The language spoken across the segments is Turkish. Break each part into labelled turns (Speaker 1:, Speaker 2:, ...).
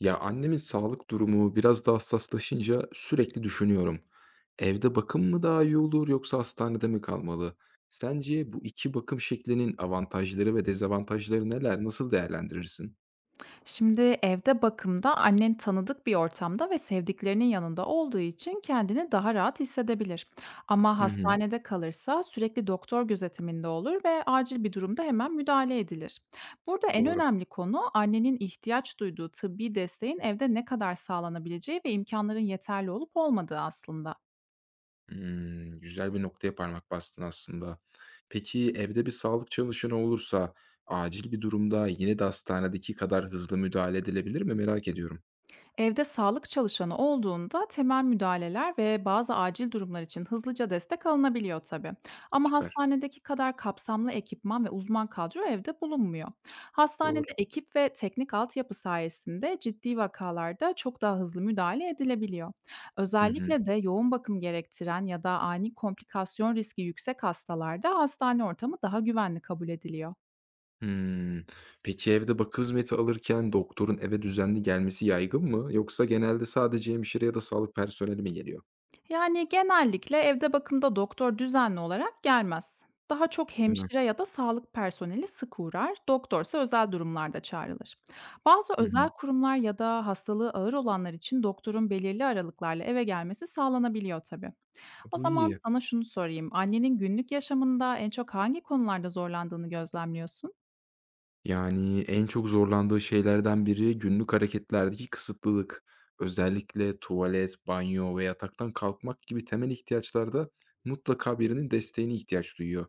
Speaker 1: Ya annemin sağlık durumu biraz daha hassaslaşınca sürekli düşünüyorum. Evde bakım mı daha iyi olur yoksa hastanede mi kalmalı? Sence bu iki bakım şeklinin avantajları ve dezavantajları neler? Nasıl değerlendirirsin?
Speaker 2: Şimdi evde bakımda annen tanıdık bir ortamda ve sevdiklerinin yanında olduğu için kendini daha rahat hissedebilir. Ama
Speaker 1: Hı hı,
Speaker 2: hastanede kalırsa sürekli doktor gözetiminde olur ve acil bir durumda hemen müdahale edilir. Burada en
Speaker 1: doğru.
Speaker 2: önemli konu, annenin ihtiyaç duyduğu tıbbi desteğin evde ne kadar sağlanabileceği ve imkanların yeterli olup olmadığı aslında.
Speaker 1: Güzel bir noktaya parmak bastın aslında. Peki evde bir sağlık çalışanı olursa acil bir durumda yine de hastanedeki kadar hızlı müdahale edilebilir mi? Merak ediyorum.
Speaker 2: Evde sağlık çalışanı olduğunda temel müdahaleler ve bazı acil durumlar için hızlıca destek alınabiliyor tabii. Ama
Speaker 1: Süper.
Speaker 2: hastanedeki kadar kapsamlı ekipman ve uzman kadro evde bulunmuyor.
Speaker 1: Doğru.
Speaker 2: Hastanede ekip ve teknik altyapı sayesinde ciddi vakalarda çok daha hızlı müdahale edilebiliyor.
Speaker 1: Hı hı.
Speaker 2: Özellikle de yoğun bakım gerektiren ya da ani komplikasyon riski yüksek hastalarda hastane ortamı daha güvenli kabul ediliyor.
Speaker 1: Hımm. Peki evde bakım hizmeti alırken doktorun eve düzenli gelmesi yaygın mı yoksa genelde sadece hemşire ya da sağlık personeli mi geliyor?
Speaker 2: Yani, genellikle evde bakımda doktor düzenli olarak gelmez. Daha çok
Speaker 1: Değil mi?
Speaker 2: hemşire ya da sağlık personeli sık uğrar, doktorsa özel durumlarda çağrılır. Bazı
Speaker 1: Hı hı.
Speaker 2: özel kurumlar ya da hastalığı ağır olanlar için doktorun belirli aralıklarla eve gelmesi sağlanabiliyor tabii.
Speaker 1: E,
Speaker 2: O
Speaker 1: bu
Speaker 2: zaman
Speaker 1: iyi.
Speaker 2: sana şunu sorayım, annenin günlük yaşamında en çok hangi konularda zorlandığını gözlemliyorsun?
Speaker 1: Yani, en çok zorlandığı şeylerden biri günlük hareketlerdeki kısıtlılık. Özellikle tuvalet, banyo ve yataktan kalkmak gibi temel ihtiyaçlarda mutlaka birinin desteğine ihtiyaç duyuyor.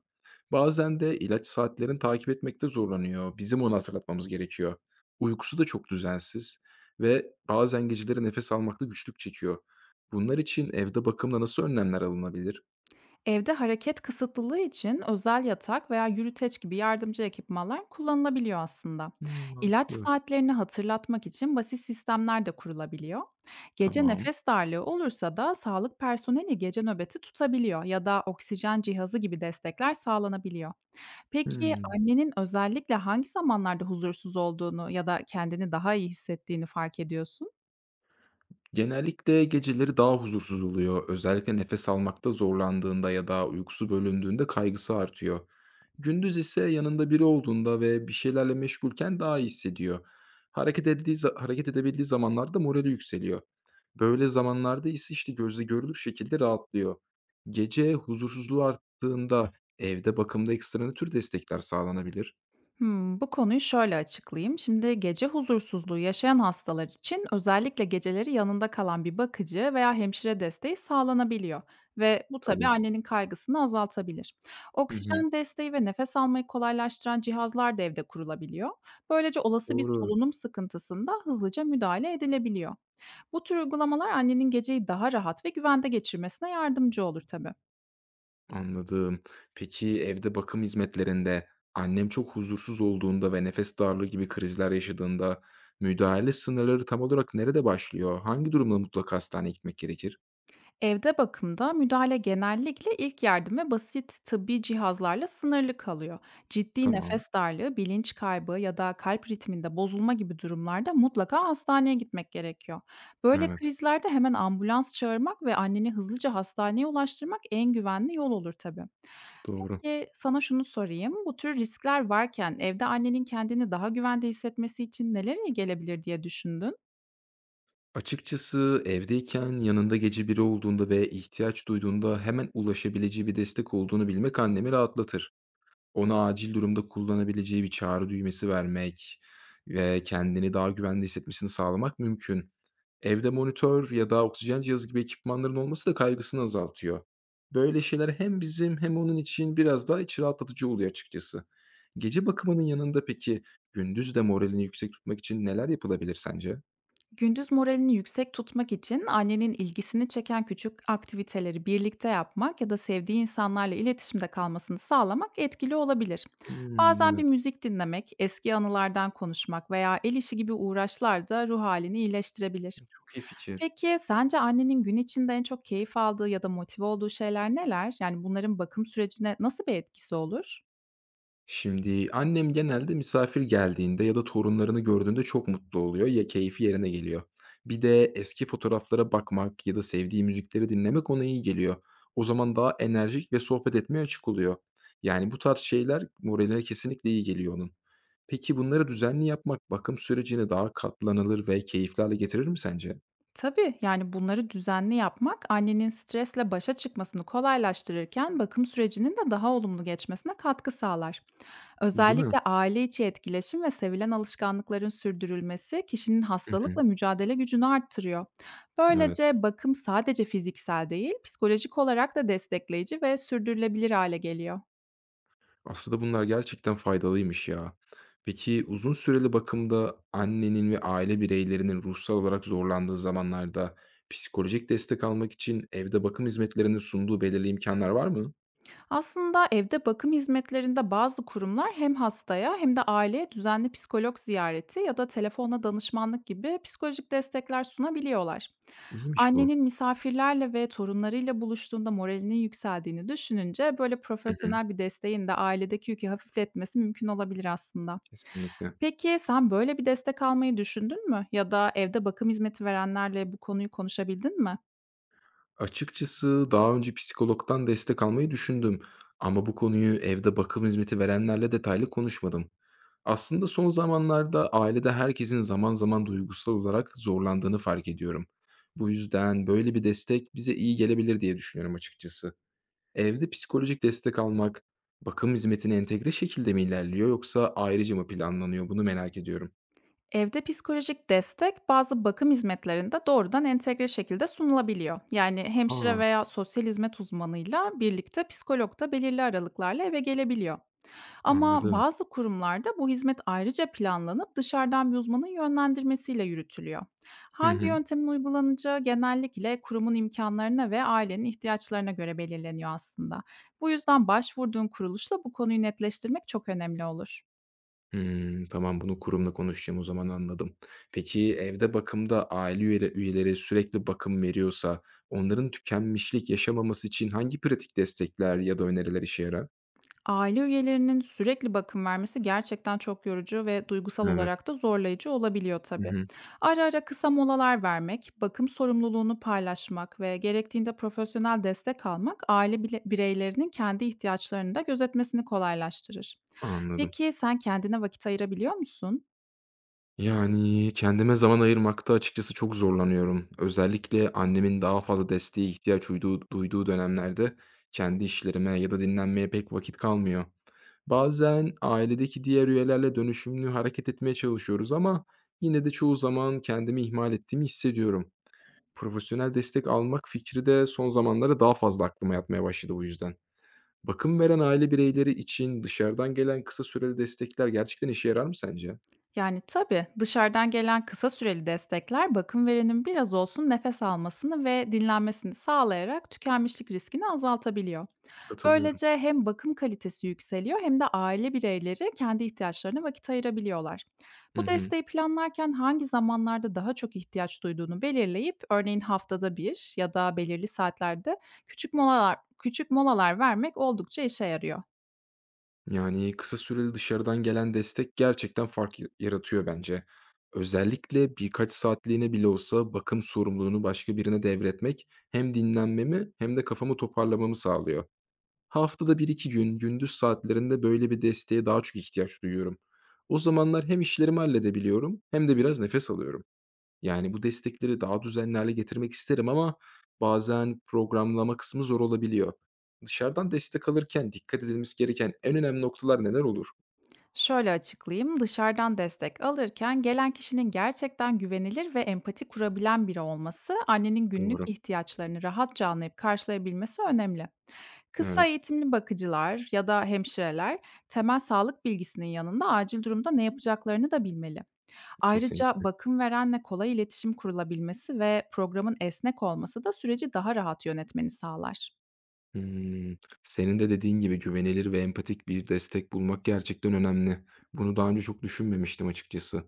Speaker 1: Bazen de ilaç saatlerini takip etmekte zorlanıyor. Bizim onu hatırlatmamız gerekiyor. Uykusu da çok düzensiz ve bazen geceleri nefes almakta güçlük çekiyor. Bunlar için evde bakımla nasıl önlemler alınabilir?
Speaker 2: Evde hareket kısıtlılığı için özel yatak veya yürüteç gibi yardımcı ekipmanlar kullanılabiliyor aslında. İlaç
Speaker 1: Mantıklı.
Speaker 2: saatlerini hatırlatmak için basit sistemler de kurulabiliyor. Gece
Speaker 1: Tamam.
Speaker 2: nefes darlığı olursa da sağlık personeli gece nöbeti tutabiliyor ya da oksijen cihazı gibi destekler sağlanabiliyor. Peki
Speaker 1: Hımm.
Speaker 2: annenin özellikle hangi zamanlarda huzursuz olduğunu ya da kendini daha iyi hissettiğini fark ediyorsun?
Speaker 1: Genellikle geceleri daha huzursuz oluyor. Özellikle nefes almakta zorlandığında ya da uykusu bölündüğünde kaygısı artıyor. Gündüz ise yanında biri olduğunda ve bir şeylerle meşgulken daha iyi hissediyor. Hareket edebildiği zamanlarda morali yükseliyor. Böyle zamanlarda ise işte gözle görülür şekilde rahatlıyor. Gece huzursuzluğu arttığında evde bakımda ekstra ne tür destekler sağlanabilir?
Speaker 2: Hımm, bu konuyu şöyle açıklayayım. Şimdi gece huzursuzluğu yaşayan hastalar için özellikle geceleri yanında kalan bir bakıcı veya hemşire desteği sağlanabiliyor ve bu tabii
Speaker 1: Tabii.
Speaker 2: annenin kaygısını azaltabilir.
Speaker 1: Hı hı.
Speaker 2: Oksijen desteği ve nefes almayı kolaylaştıran cihazlar da evde kurulabiliyor. Böylece olası bir
Speaker 1: Doğru.
Speaker 2: solunum sıkıntısında hızlıca müdahale edilebiliyor. Bu tür uygulamalar annenin geceyi daha rahat ve güvende geçirmesine yardımcı olur tabii.
Speaker 1: Anladım. Peki evde bakım hizmetlerinde annem çok huzursuz olduğunda ve nefes darlığı gibi krizler yaşadığında müdahale sınırları tam olarak nerede başlıyor? Hangi durumda mutlaka hastaneye gitmek gerekir?
Speaker 2: Evde bakımda müdahale genellikle ilk yardım ve basit tıbbi cihazlarla sınırlı kalıyor. Ciddi
Speaker 1: Tamam.
Speaker 2: nefes darlığı, bilinç kaybı ya da kalp ritminde bozulma gibi durumlarda mutlaka hastaneye gitmek gerekiyor. Böyle
Speaker 1: Evet.
Speaker 2: krizlerde hemen ambulans çağırmak ve anneni hızlıca hastaneye ulaştırmak en güvenli yol olur tabii.
Speaker 1: Doğru.
Speaker 2: Peki sana şunu sorayım. Bu tür riskler varken evde annenin kendini daha güvende hissetmesi için neler iyi gelebilir diye düşündün?
Speaker 1: Açıkçası evdeyken yanında gece biri olduğunda ve ihtiyaç duyduğunda hemen ulaşabileceği bir destek olduğunu bilmek annemi rahatlatır. Ona acil durumda kullanabileceği bir çağrı düğmesi vermek ve kendini daha güvende hissetmesini sağlamak mümkün. Evde monitör ya da oksijen cihazı gibi ekipmanların olması da kaygısını azaltıyor. Böyle şeyler hem bizim hem onun için biraz daha iç rahatlatıcı oluyor açıkçası. Gece bakımının yanında peki gündüz de moralini yüksek tutmak için neler yapılabilir sence?
Speaker 2: Gündüz moralini yüksek tutmak için annenin ilgisini çeken küçük aktiviteleri birlikte yapmak ya da sevdiği insanlarla iletişimde kalmasını sağlamak etkili olabilir.
Speaker 1: Hımm,
Speaker 2: Bazen bir
Speaker 1: evet,
Speaker 2: müzik dinlemek, eski anılardan konuşmak veya el işi gibi uğraşlar da ruh halini iyileştirebilir.
Speaker 1: çok iyi fikir.
Speaker 2: Peki sence annenin gün içinde en çok keyif aldığı ya da motive olduğu şeyler neler? Yani bunların bakım sürecine nasıl bir etkisi olur?
Speaker 1: Şimdi annem genelde misafir geldiğinde ya da torunlarını gördüğünde çok mutlu oluyor ya keyfi yerine geliyor. Bir de eski fotoğraflara bakmak ya da sevdiği müzikleri dinlemek ona iyi geliyor. O zaman daha enerjik ve sohbet etmeye açık oluyor. Yani bu tarz şeyler moraline kesinlikle iyi geliyor onun. Peki bunları düzenli yapmak bakım sürecini daha katlanılır ve keyifli hale getirir mi sence?
Speaker 2: Tabii, yani bunları düzenli yapmak annenin stresle başa çıkmasını kolaylaştırırken bakım sürecinin de daha olumlu geçmesine katkı sağlar.
Speaker 1: Değil mi?
Speaker 2: Özellikle aile içi etkileşim ve sevilen alışkanlıkların sürdürülmesi kişinin
Speaker 1: Hı hı.
Speaker 2: hastalıkla mücadele gücünü arttırıyor.
Speaker 1: Evet.
Speaker 2: Böylece bakım sadece fiziksel değil, psikolojik olarak da destekleyici ve sürdürülebilir hale geliyor.
Speaker 1: Aslında bunlar gerçekten faydalıymış ya. Peki uzun süreli bakımda annenin ve aile bireylerinin ruhsal olarak zorlandığı zamanlarda psikolojik destek almak için evde bakım hizmetlerinin sunduğu belirli imkanlar var mı?
Speaker 2: Aslında evde bakım hizmetlerinde bazı kurumlar, hem hastaya hem de aileye düzenli psikolog ziyareti ya da telefonla danışmanlık gibi psikolojik destekler sunabiliyorlar.
Speaker 1: İyiymiş bu.
Speaker 2: Annenin misafirlerle ve torunlarıyla buluştuğunda moralinin yükseldiğini düşününce, böyle
Speaker 1: Hı hı,
Speaker 2: profesyonel bir desteğin de ailedeki yükü hafifletmesi mümkün olabilir aslında.
Speaker 1: kesinlikle.
Speaker 2: Peki sen böyle bir destek almayı düşündün mü? Ya da evde bakım hizmeti verenlerle bu konuyu konuşabildin mi?
Speaker 1: Açıkçası daha önce psikologdan destek almayı düşündüm ama bu konuyu evde bakım hizmeti verenlerle detaylı konuşmadım. Aslında son zamanlarda ailede herkesin zaman zaman duygusal olarak zorlandığını fark ediyorum. Bu yüzden böyle bir destek bize iyi gelebilir diye düşünüyorum açıkçası. Evde psikolojik destek almak, bakım hizmetine entegre şekilde mi ilerliyor yoksa ayrıca mı planlanıyor bunu merak ediyorum.
Speaker 2: Evde psikolojik destek bazı bakım hizmetlerinde doğrudan entegre şekilde sunulabiliyor. Yani hemşire
Speaker 1: Aa,
Speaker 2: veya sosyal hizmet uzmanıyla birlikte psikolog da belirli aralıklarla eve gelebiliyor. Ama
Speaker 1: anladım.
Speaker 2: bazı kurumlarda bu hizmet ayrıca planlanıp dışarıdan bir uzmanın yönlendirmesiyle yürütülüyor.
Speaker 1: Hı
Speaker 2: Hangi
Speaker 1: hı.
Speaker 2: yöntemin uygulanacağı genellikle kurumun imkanlarına ve ailenin ihtiyaçlarına göre belirleniyor aslında. Bu yüzden başvurduğun kuruluşla bu konuyu netleştirmek çok önemli olur.
Speaker 1: Hımm, tamam, bunu kurumla konuşacağım o zaman, anladım. Peki, evde bakımda aile üyeleri sürekli bakım veriyorsa onların tükenmişlik yaşamaması için hangi pratik destekler ya da öneriler işe yarar?
Speaker 2: Aile üyelerinin sürekli bakım vermesi gerçekten çok yorucu ve duygusal
Speaker 1: Evet.
Speaker 2: olarak da zorlayıcı olabiliyor
Speaker 1: Hı
Speaker 2: tabii.
Speaker 1: hı.
Speaker 2: Ara ara kısa molalar vermek, bakım sorumluluğunu paylaşmak ve gerektiğinde profesyonel destek almak, bireylerinin kendi ihtiyaçlarını da gözetmesini kolaylaştırır.
Speaker 1: Anladım.
Speaker 2: Peki sen kendine vakit ayırabiliyor musun?
Speaker 1: Yani, kendime zaman ayırmakta açıkçası çok zorlanıyorum. Özellikle annemin daha fazla desteğe ihtiyaç duyduğu dönemlerde kendi işlerime ya da dinlenmeye pek vakit kalmıyor. Bazen ailedeki diğer üyelerle dönüşümlü hareket etmeye çalışıyoruz ama yine de çoğu zaman kendimi ihmal ettiğimi hissediyorum. Profesyonel destek almak fikri de son zamanlarda daha fazla aklıma yatmaya başladı bu yüzden. Bakım veren aile bireyleri için dışarıdan gelen kısa süreli destekler gerçekten işe yarar mı sence?
Speaker 2: Yani tabii, dışarıdan gelen kısa süreli destekler bakım verenin biraz olsun nefes almasını ve dinlenmesini sağlayarak tükenmişlik riskini azaltabiliyor.
Speaker 1: Katılıyorum.
Speaker 2: Böylece hem bakım kalitesi yükseliyor hem de aile bireyleri kendi ihtiyaçlarına vakit ayırabiliyorlar.
Speaker 1: Hı
Speaker 2: Bu
Speaker 1: hı.
Speaker 2: desteği planlarken hangi zamanlarda daha çok ihtiyaç duyduğunu belirleyip, örneğin haftada bir ya da belirli saatlerde küçük molalar vermek oldukça işe yarıyor.
Speaker 1: Yani kısa süreli dışarıdan gelen destek gerçekten yaratıyor bence. Özellikle birkaç saatliğine bile olsa bakım sorumluluğunu başka birine devretmek hem dinlenmemi hem de kafamı toparlamamı sağlıyor. Haftada bir iki gün gündüz saatlerinde böyle bir desteğe daha çok ihtiyaç duyuyorum. O zamanlar hem işlerimi halledebiliyorum hem de biraz nefes alıyorum. Yani, bu destekleri daha düzenli hâle getirmek isterim ama bazen programlama kısmı zor olabiliyor. Dışarıdan destek alırken dikkat edilmesi gereken en önemli noktalar neler olur?
Speaker 2: Şöyle açıklayayım, dışarıdan destek alırken gelen kişinin gerçekten güvenilir ve empati kurabilen biri olması, annenin günlük
Speaker 1: Doğru.
Speaker 2: ihtiyaçlarını rahatça anlayıp karşılayabilmesi önemli. Kısa
Speaker 1: Evet,
Speaker 2: eğitimli bakıcılar ya da hemşireler, temel sağlık bilgisinin yanında acil durumda ne yapacaklarını da bilmeli. Ayrıca
Speaker 1: kesinlikle.
Speaker 2: bakım verenle kolay iletişim kurulabilmesi ve programın esnek olması da süreci daha rahat yönetmeni sağlar.
Speaker 1: Hımm. Senin de dediğin gibi güvenilir ve empatik bir destek bulmak gerçekten önemli. Bunu daha önce çok düşünmemiştim açıkçası.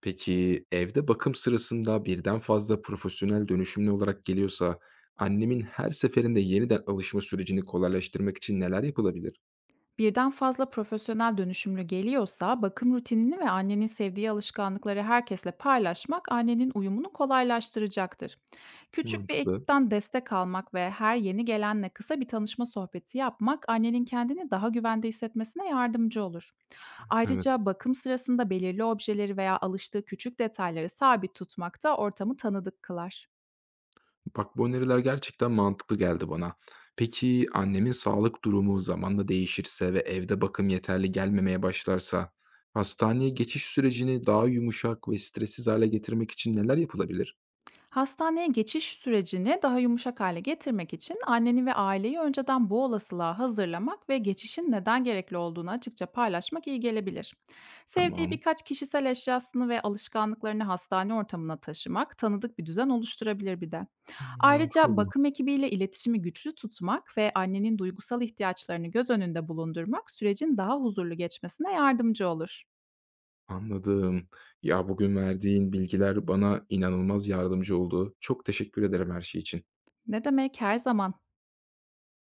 Speaker 1: Peki, evde bakım sırasında birden fazla profesyonel dönüşümlü olarak geliyorsa annemin her seferinde yeniden alışma sürecini kolaylaştırmak için neler yapılabilir?
Speaker 2: Birden fazla profesyonel dönüşümlü geliyorsa, bakım rutinini ve annenin sevdiği alışkanlıkları herkesle paylaşmak annenin uyumunu kolaylaştıracaktır. Küçük bir
Speaker 1: Mantıklı.
Speaker 2: ekipten destek almak ve her yeni gelenle kısa bir tanışma sohbeti yapmak annenin kendini daha güvende hissetmesine yardımcı olur.
Speaker 1: Evet.
Speaker 2: Ayrıca bakım sırasında belirli objeleri veya alıştığı küçük detayları sabit tutmak da ortamı tanıdık kılar.
Speaker 1: Bak bu öneriler gerçekten mantıklı geldi bana. Peki annemin sağlık durumu zamanla değişirse ve evde bakım yeterli gelmemeye başlarsa hastaneye geçiş sürecini daha yumuşak ve stressiz hale getirmek için neler yapılabilir?
Speaker 2: Hastaneye geçiş sürecini daha yumuşak hale getirmek için anneni ve aileyi önceden bu olasılığa hazırlamak ve geçişin neden gerekli olduğunu açıkça paylaşmak iyi gelebilir. Sevdiği
Speaker 1: Tamam.
Speaker 2: birkaç kişisel eşyasını ve alışkanlıklarını hastane ortamına taşımak tanıdık bir düzen oluşturabilir bir de.
Speaker 1: Mantıklı
Speaker 2: Ayrıca
Speaker 1: bu.
Speaker 2: bakım ekibiyle iletişimi güçlü tutmak ve annenin duygusal ihtiyaçlarını göz önünde bulundurmak sürecin daha huzurlu geçmesine yardımcı olur.
Speaker 1: Anladım. Ya bugün verdiğin bilgiler bana inanılmaz yardımcı oldu. Çok teşekkür ederim her şey için.
Speaker 2: Ne demek, her zaman.